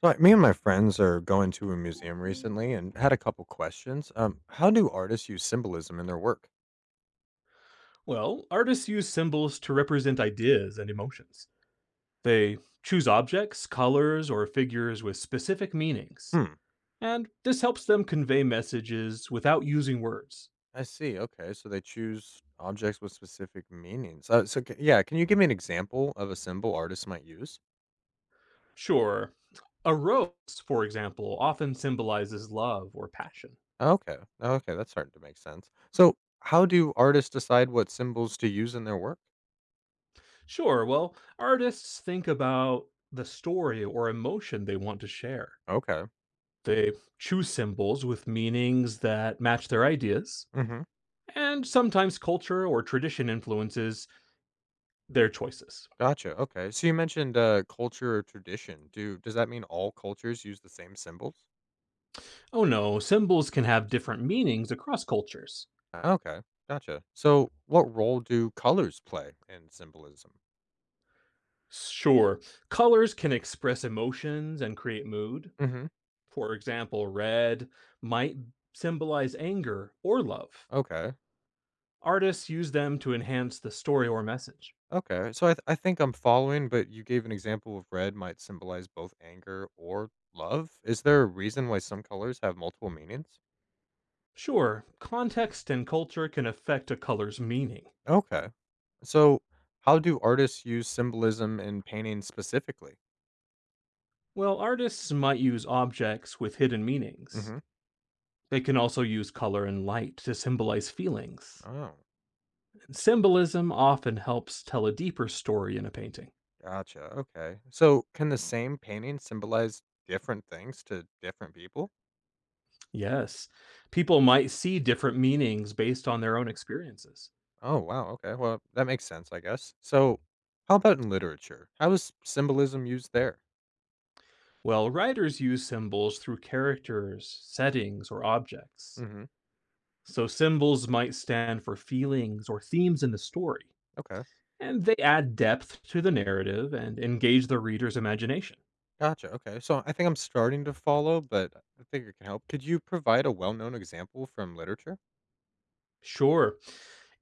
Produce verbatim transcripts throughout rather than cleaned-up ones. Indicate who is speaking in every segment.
Speaker 1: So, like, me and my friends are going to a museum recently and had a couple questions. Um, how do artists use symbolism in their work?
Speaker 2: Well, artists use symbols to represent ideas and emotions. They choose objects, colors, or figures with specific meanings,
Speaker 1: Hmm.
Speaker 2: and this helps them convey messages without using words.
Speaker 1: I see. Okay, so they choose objects with specific meanings. Uh, so, c- yeah, can you give me an example of a symbol artists might use?
Speaker 2: Sure, a rose, for example, often symbolizes love or passion.
Speaker 1: Okay, okay, that's starting to make sense. So, how do artists decide what symbols to use in their work?
Speaker 2: Sure, well, artists think about the story or emotion they want to share.
Speaker 1: Okay.
Speaker 2: They choose symbols with meanings that match their ideas,
Speaker 1: Mm-hmm.
Speaker 2: and sometimes culture or tradition influences their choices.
Speaker 1: Gotcha. Okay. So you mentioned uh, culture or tradition. Do does that mean all cultures use the same symbols?
Speaker 2: Oh no, symbols can have different meanings across cultures.
Speaker 1: Ah, okay, gotcha. So, what role do colors play in symbolism?
Speaker 2: Sure, colors can express emotions and create mood.
Speaker 1: Hmm.
Speaker 2: For example, red might symbolize anger or love.
Speaker 1: Okay,
Speaker 2: Artists use them to enhance the story or message.
Speaker 1: okay. So, I, th- I think I'm following, but you gave an example of red might symbolize both anger or love. Is there a reason why some colors have multiple meanings?
Speaker 2: Sure, context and culture can affect a color's meaning.
Speaker 1: Okay. So, how do artists use symbolism in painting specifically?
Speaker 2: Well, artists might use objects with hidden meanings.
Speaker 1: Hmm.
Speaker 2: They can also use color and light to symbolize feelings.
Speaker 1: Oh,
Speaker 2: Symbolism often helps tell a deeper story in a painting.
Speaker 1: gotcha. Okay. So, can the same painting symbolize different things to different people?
Speaker 2: Yes, people might see different meanings based on their own experiences.
Speaker 1: Oh, wow. Okay. Well, that makes sense, I guess. So, how about in literature? How is symbolism used there?
Speaker 2: Well, writers use symbols through characters, settings, or objects.
Speaker 1: Hmm.
Speaker 2: So symbols might stand for feelings or themes in the story,
Speaker 1: Okay.
Speaker 2: and they add depth to the narrative and engage the reader's imagination.
Speaker 1: Gotcha. Okay. So, I think I'm starting to follow, but I think it can help. Could you provide a well known example from literature?
Speaker 2: Sure,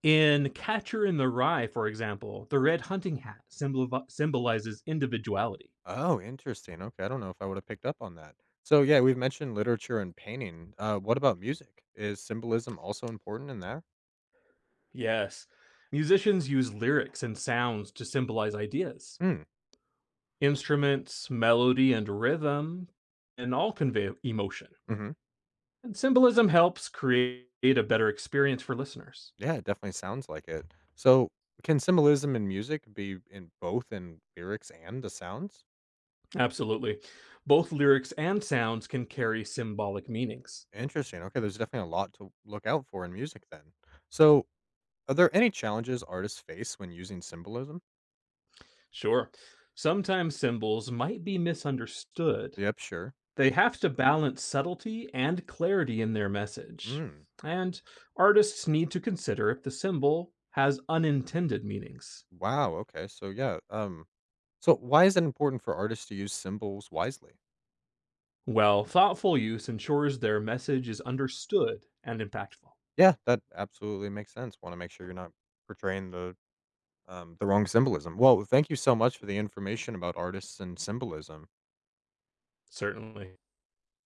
Speaker 2: in Catcher in the Rye, for example, the red hunting hat symbol- symbolizes individuality.
Speaker 1: Oh, interesting. Okay. I don't know if I would have picked up on that. So, yeah, we've mentioned literature and painting. Uh, what about music? Is symbolism also important in there?
Speaker 2: Yes. Musicians use lyrics and sounds to symbolize ideas.
Speaker 1: Hmm.
Speaker 2: Instruments, melody, and rhythm and all convey emotion.
Speaker 1: Mm-hmm.
Speaker 2: And symbolism helps create a better experience for listeners.
Speaker 1: Yeah, it definitely sounds like it. So, can symbolism in music be in both in lyrics and the sounds?
Speaker 2: Absolutely. Both lyrics and sounds can carry symbolic meanings.
Speaker 1: Interesting. Okay, there's definitely a lot to look out for in music then. So, are there any challenges artists face when using symbolism?
Speaker 2: Sure. Sometimes symbols might be misunderstood.
Speaker 1: Yep, sure.
Speaker 2: They have to balance subtlety and clarity in their message.
Speaker 1: Mm.
Speaker 2: And artists need to consider if the symbol has unintended meanings.
Speaker 1: Wow, okay. So, yeah, um so why is it important for artists to use symbols wisely?
Speaker 2: Well, thoughtful use ensures their message is understood and impactful.
Speaker 1: Yeah, that absolutely makes sense. Want to make sure you're not portraying the um the wrong symbolism. Well, thank you so much for the information about artists and symbolism.
Speaker 2: Certainly.